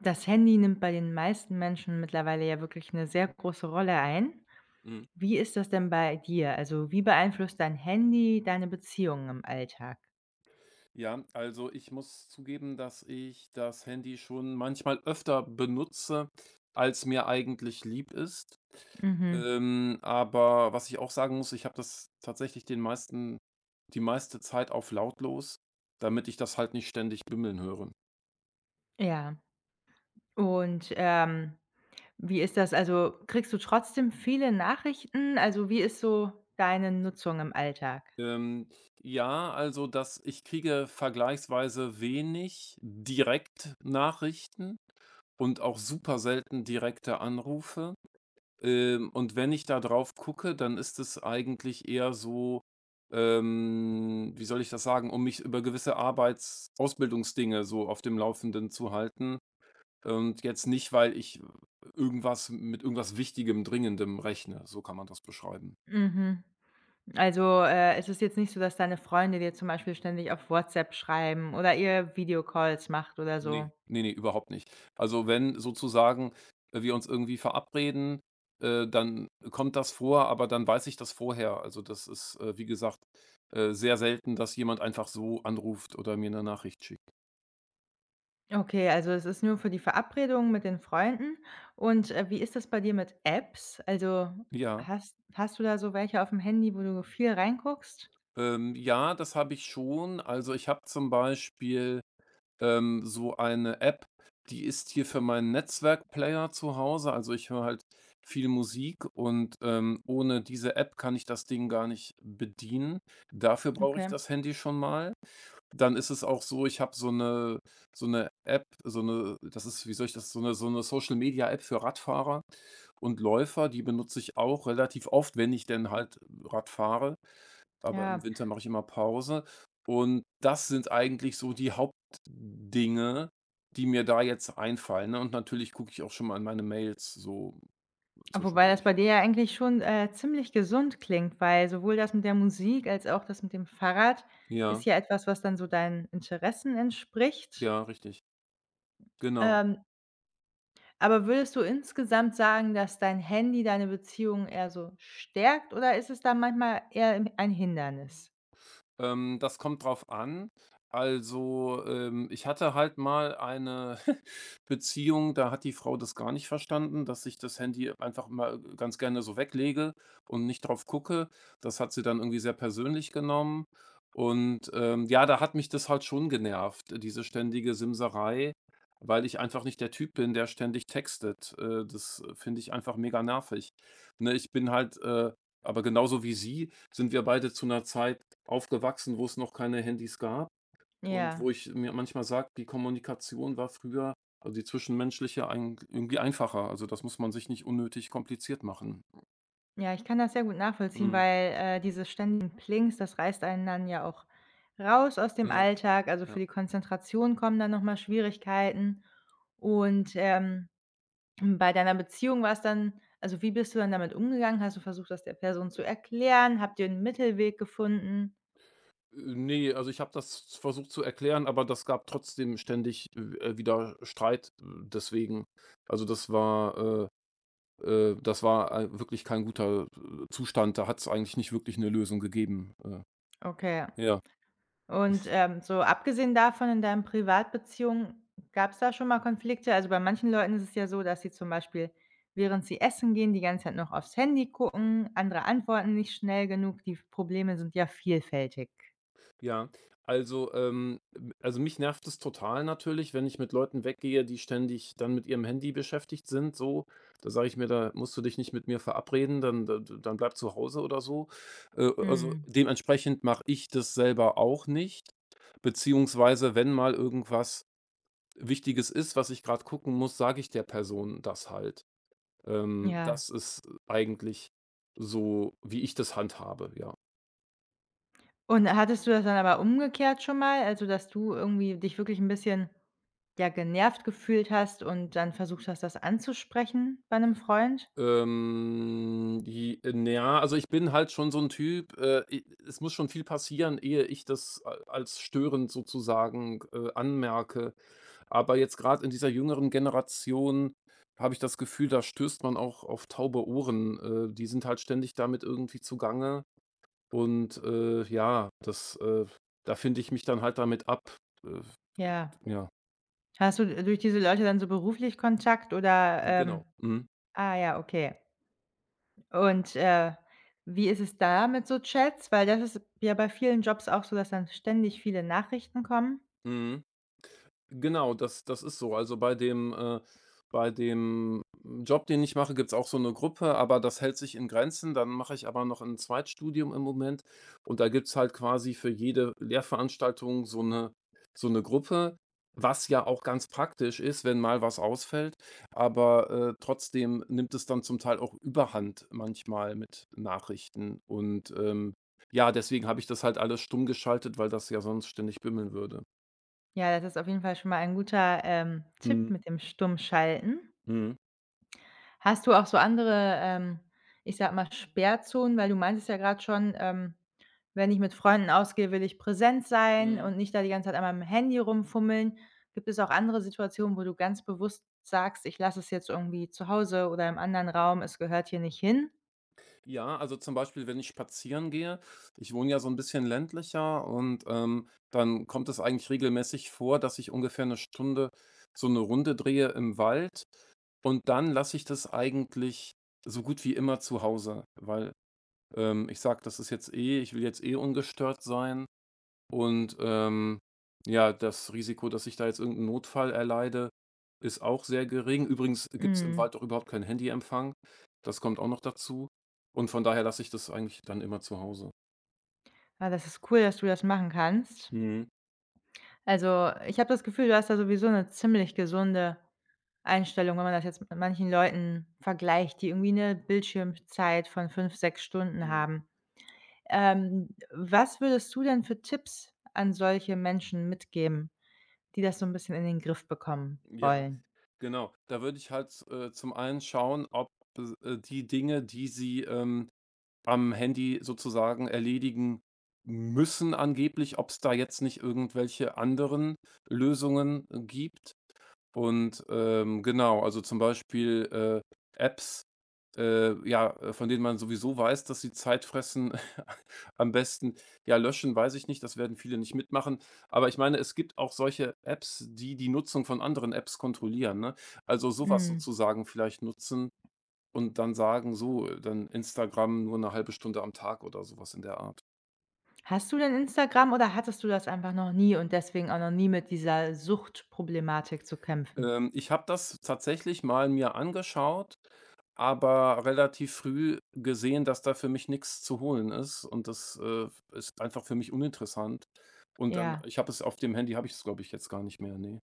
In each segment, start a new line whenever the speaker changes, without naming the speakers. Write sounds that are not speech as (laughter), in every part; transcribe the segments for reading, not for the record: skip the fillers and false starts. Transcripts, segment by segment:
Das Handy nimmt bei den meisten Menschen mittlerweile ja wirklich eine sehr große Rolle ein.
Mhm.
Wie ist das denn bei dir? Also, wie beeinflusst dein Handy deine Beziehungen im Alltag?
Ja, also ich muss zugeben, dass ich das Handy schon manchmal öfter benutze, als mir eigentlich lieb ist.
Mhm,
Aber was ich auch sagen muss, ich habe das tatsächlich den meisten die meiste Zeit auf lautlos, damit ich das halt nicht ständig bimmeln höre.
ja. Und, wie ist das? Also, kriegst du trotzdem viele Nachrichten? Also, wie ist so deine Nutzung im Alltag?
Ähm, ja, also dass ich kriege vergleichsweise wenig Direktnachrichten und auch super selten direkte Anrufe. Und wenn ich da drauf gucke, dann ist es eigentlich eher so, wie soll ich das sagen, um mich über gewisse Arbeits Ausbildungsdinge so auf dem Laufenden zu halten und jetzt nicht, weil ich irgendwas Wichtigem, Dringendem rechne. So kann man das beschreiben.
Mhm. Also, es ist jetzt nicht so, dass deine Freunde dir zum Beispiel ständig auf WhatsApp schreiben oder ihr Videocalls macht oder
Ne,
so?
ne, ne, überhaupt nicht. Also, wenn sozusagen, wir uns irgendwie verabreden, dann kommt das vor, aber dann weiß ich das vorher. Also, das ist, wie gesagt, sehr selten, dass jemand einfach so anruft oder mir eine Nachricht schickt.
Okay, also es ist nur für die Verabredung mit den Freunden. Und, wie ist das bei dir mit Apps? Also,
Ja,
hast du da so welche auf dem Handy, wo du viel reinguckst?
ja, das habe ich schon. Also, ich habe zum Beispiel so eine App, die ist hier für meinen Netzwerkplayer zu Hause. Also ich höre halt viel Musik und ohne diese App kann ich das Ding gar nicht bedienen. Dafür brauche ich
Okay.
das Handy schon mal. Dann ist es auch so, ich habe so eine App, das ist, wie soll ich das, so eine Social Media App für Radfahrer und Läufer, die benutze ich auch relativ oft, wenn ich denn
Mhm.
halt Rad fahre, aber im
Ja,
Winter mache ich immer Pause. Und das sind eigentlich so die Hauptdinge, die mir da jetzt einfallen, ne? Und natürlich gucke ich auch schon mal in meine Mails so
wobei das
zwischendurch.
bei dir ja eigentlich schon, ziemlich gesund klingt, weil sowohl das mit der Musik als auch das mit dem Fahrrad ist
Ja,
ja etwas, was dann so deinen Interessen entspricht.
ja, richtig. Genau.
Ähm, aber würdest du insgesamt sagen, dass dein Handy deine Beziehung eher so stärkt oder ist es da manchmal eher 'n ein Hindernis?
Das kommt drauf an. Also, ich hatte halt mal eine (laughs) Beziehung, da hat die Frau das gar nicht verstanden, dass ich das Handy einfach mal ganz gerne so weglege und nicht drauf gucke. Das hat sie dann irgendwie sehr persönlich genommen. Und, ja, da hat mich das halt schon genervt, diese ständige Simserei, weil ich einfach nicht der Typ bin, der ständig textet. Das finde ich einfach mega nervig. Ne, ich bin halt, aber genauso wie sie sind wir beide zu einer Zeit aufgewachsen, wo es noch keine Handys gab und
Ja.
wo ich mir manchmal sage, die Kommunikation war früher, also die zwischenmenschliche, eig irgendwie einfacher. Also, das muss man sich nicht unnötig kompliziert machen.
Ja, ich kann das sehr gut nachvollziehen,
Mhm.
weil, diese ständigen Plings, das reißt einen dann ja auch raus aus dem
Ja,
Alltag. Also, für
ja.
die Konzentration kommen dann nochmal Schwierigkeiten. Und, bei deiner Beziehung war es dann also, wie bist du dann damit umgegangen? Hast du versucht, das der Person zu erklären? Habt ihr einen Mittelweg gefunden?
Ne, also ich habe das versucht zu erklären, aber das gab trotzdem ständig wieder Streit, deswegen. Also, das war, das war, wirklich kein guter, Zustand. Da hat es eigentlich nicht wirklich eine Lösung gegeben.
Okay.
Ja.
Und, so abgesehen davon in deinen Privatbeziehungen, gab es da schon mal Konflikte? Also, bei manchen Leuten ist es ja so, dass sie zum Beispiel, während sie essen gehen, die ganze Zeit noch aufs Handy gucken, andere antworten nicht schnell genug. Die Probleme sind ja vielfältig.
Ja, also, ähm, also, mich nervt es total natürlich, wenn ich mit Leuten weggehe, die ständig dann mit ihrem Handy beschäftigt sind, so. Da sage ich mir: „Da musst du dich nicht mit mir verabreden, dann da d dann bleib zu Hause oder so.“ Also,
Mhm,
dementsprechend mache ich das selber auch nicht, beziehungsweise wenn mal irgendwas Wichtiges ist, was ich gerade gucken muss, sage ich der Person das halt.
ja.
Das ist eigentlich so, wie ich das handhabe, ja.
Und hattest du das dann aber umgekehrt schon mal? Also, dass du irgendwie dich wirklich ein bisschen, ja, genervt gefühlt hast und dann versucht hast, das anzusprechen bei einem Freund?
Die Ja, also ich bin halt schon so ein Typ, i es muss schon viel passieren, ehe ich das a als störend sozusagen, anmerke. Aber jetzt gerade in dieser jüngeren Generation habe ich das Gefühl, da stößt man auch auf taube Ohren. Die sind halt ständig damit irgendwie zugange und, ja, das da finde ich mich dann halt damit ab. Äh,
Ja.
ja,
Hast du durch diese Leute dann so beruflich Kontakt oder,
genau. Mhm.
Ah ja, okay. Und, wie ist es da mit so Chats? Weil das ist ja bei vielen Jobs auch so, dass dann ständig viele Nachrichten kommen.
Mhm. Genau, das ist so. Also, bei dem Job, den ich mache, gibt's auch so eine Gruppe, aber das hält sich in Grenzen. Dann mache ich aber noch ein Zweitstudium im Moment und da gibt's halt quasi für jede Lehrveranstaltung so eine Gruppe, was ja auch ganz praktisch ist, wenn mal was ausfällt, aber, trotzdem nimmt es dann zum Teil auch Überhand manchmal mit Nachrichten und, ja, deswegen habe ich das halt alles stumm geschaltet, weil das ja sonst ständig bimmeln würde.
Ja, das ist auf jeden Fall schon mal ein guter, Tipp
Mhm,
mit dem Stummschalten.
mhm.
Hast du auch so andere, ich sag mal, Sperrzonen? Weil du meintest ja gerade schon, „Wenn ich mit Freunden ausgehe, will ich präsent sein
Mhm.
und nicht da die ganze Zeit an meinem Handy rumfummeln.“ Gibt es auch andere Situationen, wo du ganz bewusst sagst: „Ich lasse es jetzt irgendwie zu Hause oder im anderen Raum, es gehört hier nicht hin?“
Ja, also zum Beispiel, wenn ich spazieren gehe, ich wohne ja so ein bisschen ländlicher und, dann kommt es eigentlich regelmäßig vor, dass ich ungefähr eine Stunde so eine Runde drehe im Wald und dann lasse ich das eigentlich so gut wie immer zu Hause, weil, ich sage, das ist jetzt eh ich will jetzt eh ungestört sein. Und, ja, das Risiko, dass ich da jetzt irgend Notfall erleide, ist auch sehr gering. Übrigens gibt es im
Mhm.
Wald auch überhaupt keinen Handyempfang. Das kommt auch noch dazu. Und von daher lasse ich das eigentlich dann immer zu Hause.
Ja, das ist cool, dass du das machen kannst.
Mhm,
Also, ich habe das Gefühl, du hast da sowieso 'ne ziemlich gesunde Einstellung, wenn man das jetzt mit manchen Leuten vergleicht, die irgendwie 'ne Bildschirmzeit von 5, 6 Stunden
mhm.
haben. Was würdest du denn für Tipps an solche Menschen mitgeben, die das so 'n bisschen in den Griff bekommen
Ja,
wollen?
genau. Da würde ich halt, zum einen schauen, ob die Dinge, die sie, am Handy sozusagen erledigen müssen angeblich, ob es da jetzt nicht irgendwelche anderen Lösungen gibt. Und, genau, also zum Beispiel, Apps, ja, von denen man sowieso weiß, dass sie Zeit fressen, (laughs) am besten ja, löschen weiß ich nicht, das werden viele nicht mitmachen. Aber ich meine, es gibt auch solche Apps, die die Nutzung von anderen Apps kontrollieren, ne? Also sowas
Mhm.
sozusagen vielleicht nutzen und dann sagen: „So, dann Instagram nur eine halbe Stunde am Tag“ oder sowas in der Art.
Hast du denn Instagram oder hattest du das einfach noch nie und deswegen auch noch nie mit dieser Suchtproblematik zu kämpfen?
Ich habe das tatsächlich mal mir angeschaut, aber relativ früh gesehen, dass da für mich nichts zu holen ist und das, ist einfach für mich uninteressant. Und dann
Ja.
ich habe es auf dem Handy habe ich es, glaube ich, jetzt gar nicht mehr ne.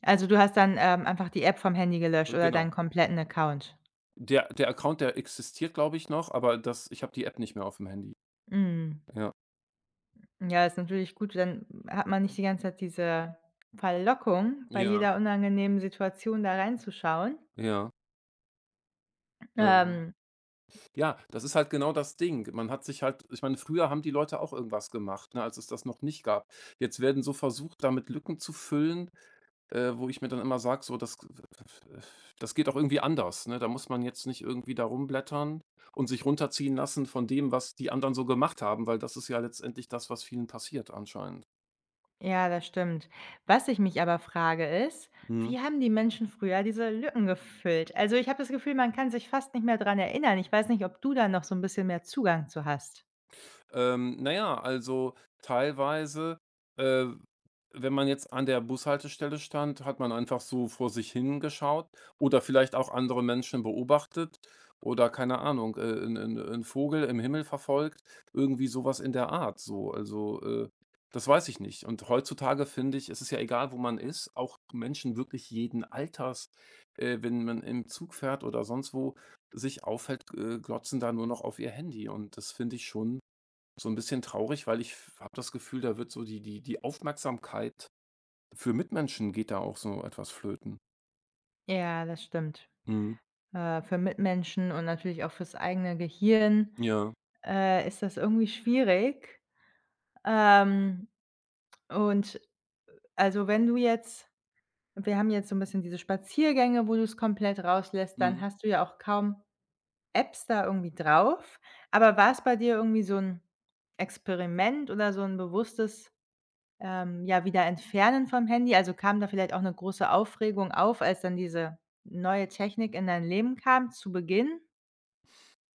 Also, du hast dann, einfach die App vom Handy gelöscht oder deinen
Genau.
kompletten Account?
Der Account, der existiert, glaube ich, noch, aber das ich habe die App nicht mehr auf dem Handy.
Mhm.
Ja,
Ja, ist natürlich gut, dann hat man nicht die ganze Zeit diese Verlockung, bei
ja,
jeder unangenehmen Situation da reinzuschauen.
ja. Ähm,
Ähm,
ja, das ist halt genau das Ding. Man hat sich halt ich meine, früher haben die Leute auch irgendwas gemacht, ne, als es das noch nicht gab. Jetzt werden so versucht, damit Lücken zu füllen. Wo ich mir dann immer sage, so, das geht auch irgendwie anders, ne? Da muss man jetzt nicht irgendwie da rumblättern und sich runterziehen lassen von dem, was die anderen so gemacht haben, weil das ist ja letztendlich das, was vielen passiert anscheinend.
ja, das stimmt. Was ich mich aber frage, ist:
Mhm.
Wie haben die Menschen früher diese Lücken gefüllt? Also, ich habe das Gefühl, man kann sich fast nicht mehr dran erinnern. Ich weiß nicht, ob du da noch so ein bisschen mehr Zugang zu hast?
Na ja, also teilweise, äh, wenn man jetzt an der Bushaltestelle stand, hat man einfach so vor sich hingeschaut oder vielleicht auch andere Menschen beobachtet oder keine Ahnung, 'n Vogel im Himmel verfolgt, irgendwie sowas in der Art so. Also, das weiß ich nicht. Und heutzutage finde ich, es ist ja egal, wo man ist, auch Menschen wirklich jeden Alters, wenn man im Zug fährt oder sonst wo sich auffällt, glotzen da nur noch auf ihr Handy und das finde ich schon so ein bisschen traurig, weil ich habe das Gefühl, da wird so die Aufmerksamkeit für Mitmenschen geht da auch so etwas flöten.
Ja, das stimmt.
Mhm.
Für Mitmenschen und natürlich auch fürs eigene Gehirn.
Ja.
Ist das irgendwie schwierig. Ähm, und also, wenn du jetzt wir haben jetzt so ein bisschen diese Spaziergänge, wo du es komplett rauslässt, dann
Mhm.
hast du ja auch kaum Apps da irgendwie drauf. Aber war es bei dir irgendwie so ein Experiment oder so ein bewusstes, ja, wieder entfernen vom Handy? Also, kam da vielleicht auch eine große Aufregung auf, als dann diese neue Technik in dein Leben kam zu Beginn?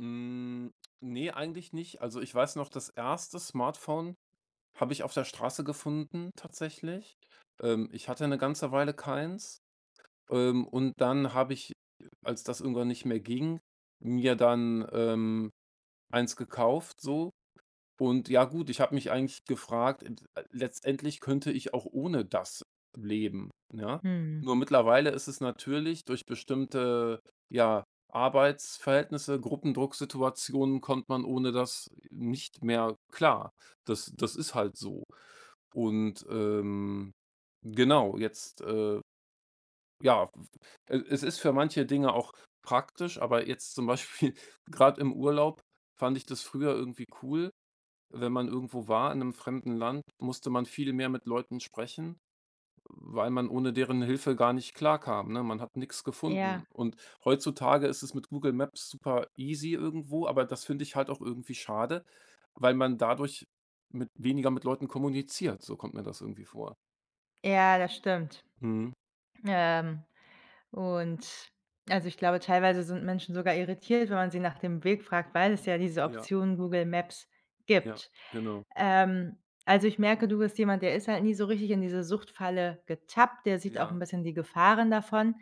Hm, ne, eigentlich nicht. Also, ich weiß noch, das erste Smartphone habe ich auf der Straße gefunden tatsächlich. Ich hatte eine ganze Weile keins, und dann habe ich, als das irgendwann nicht mehr ging, mir dann, eins gekauft so. Und ja gut, ich habe mich eigentlich gefragt, letztendlich könnte ich auch ohne das leben, ja.
Mhm.
Nur mittlerweile ist es natürlich durch bestimmte, ja, Arbeitsverhältnisse, Gruppendrucksituationen kommt man ohne das nicht mehr klar. Das ist halt so. Und, genau, jetzt, ja, e es ist für manche Dinge auch praktisch, aber jetzt zum Beispiel (laughs) gerade im Urlaub fand ich das früher irgendwie cool, wenn man irgendwo war in einem fremden Land, musste man viel mehr mit Leuten sprechen, weil man ohne deren Hilfe gar nicht klarkam, ne? Man hat nichts gefunden.
Ja,
Und heutzutage ist es mit Google Maps super easy irgendwo, aber das finde ich halt auch irgendwie schade, weil man dadurch mit Leuten kommuniziert. So kommt mir das irgendwie vor.
ja, das stimmt.
Mhm.
Ähm Und also, ich glaube, teilweise sind Menschen sogar irritiert, wenn man sie nach dem Weg fragt, weil es ja diese
Ja,
Option Google Maps
ja,
gibt.
genau.
Ähm, also, ich merke, du bist jemand, der ist halt nie so richtig in diese Suchtfalle getappt, der sieht auch ein
Ja.
bisschen die Gefahren davon.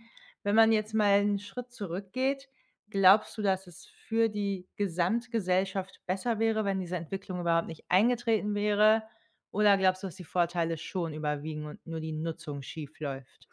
Wenn man jetzt mal einen Schritt zurückgeht, glaubst du, dass es für die Gesamtgesellschaft besser wäre, wenn diese Entwicklung überhaupt nicht eingetreten wäre? Oder glaubst du, dass die Vorteile schon überwiegen und nur die Nutzung schief läuft?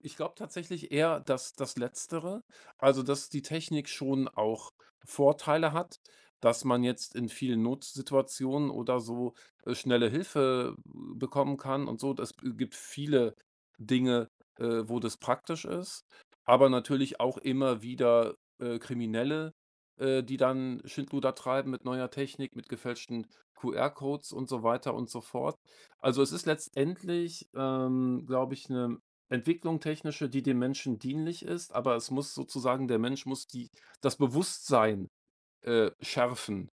Ich glaube tatsächlich eher, dass das Letztere. Also, dass die Technik schon auch Vorteile hat, dass man jetzt in vielen Notsituationen oder so, schnelle Hilfe bekommen kann und so. Das gibt viele Dinge, wo das praktisch ist, aber natürlich auch immer wieder, Kriminelle, die dann Schindluder treiben mit neuer Technik, mit gefälschten QR-Codes und so weiter und so fort. Also, es ist letztendlich, glaube ich, eine Entwicklung technische, die dem Menschen dienlich ist, aber es muss sozusagen der Mensch muss die das Bewusstsein, schärfen.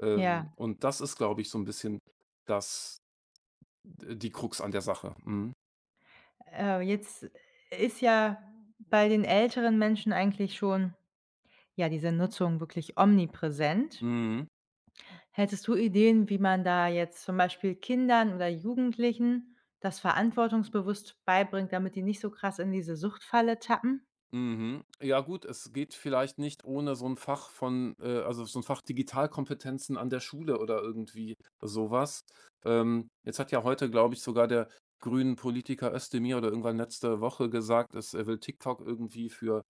Ja.
Und das ist, glaube ich, so ein bisschen das die Krux an der Sache. Mhm.
Jetzt ist ja bei den älteren Menschen eigentlich schon, ja, diese Nutzung wirklich omnipräsent.
Mhm.
Hättest du Ideen, wie man da jetzt zum Beispiel Kindern oder Jugendlichen das verantwortungsbewusst beibringt, damit die nicht so krass in diese Suchtfalle tappen?
Mhm. Ja gut, es geht vielleicht nicht ohne so ein Fach von also so ein Fach Digitalkompetenzen an der Schule oder irgendwie so was. Jetzt hat ja heute, glaube ich, sogar der Grünen-Politiker Özdemir oder irgendwann letzte Woche gesagt, dass er will TikTok irgendwie für,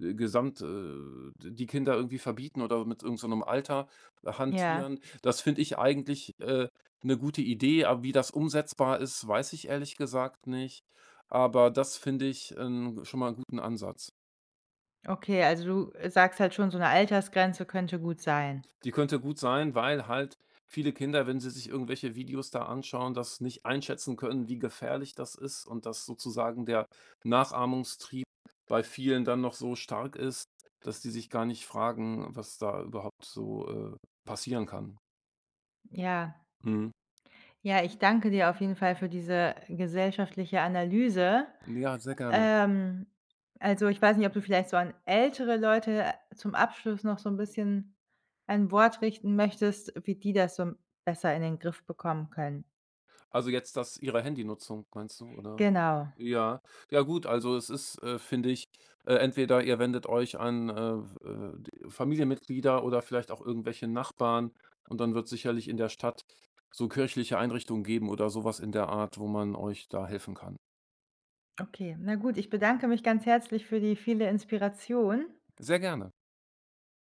gesamt die Kinder irgendwie verbieten oder mit irgend so einem Alter
Ja,
hantieren. Das finde ich eigentlich, 'ne gute Idee, aber wie das umsetzbar ist, weiß ich ehrlich gesagt nicht. Aber das finde ich, schon mal einen guten Ansatz.
okay, also du sagst halt schon, so eine Altersgrenze könnte gut sein.
Die könnte gut sein, weil halt viele Kinder, wenn sie sich irgendwelche Videos da anschauen, das nicht einschätzen können, wie gefährlich das ist und dass sozusagen der Nachahmungstrieb bei vielen dann noch so stark ist, dass die sich gar nicht fragen, was da überhaupt so, passieren kann.
Ja.
Mhm.
Ja, ich danke dir auf jeden Fall für diese gesellschaftliche Analyse.
Ja, sehr gerne.
Ähm, also, ich weiß nicht, ob du vielleicht so an ältere Leute zum Abschluss noch so 'n bisschen ein Wort richten möchtest, wie die das so besser in den Griff bekommen können.
Also, jetzt das ihrer Handynutzung, meinst du, oder?
Genau.
Ja. Ja gut, also es ist, finde ich, entweder ihr wendet euch an, d Familienmitglieder oder vielleicht auch irgendwelche Nachbarn und dann wird sicherlich in der Stadt so kirchliche Einrichtungen geben oder sowas in der Art, wo man euch da helfen kann.
Okay. Na gut, ich bedanke mich ganz herzlich für die viele Inspiration.
Sehr gerne.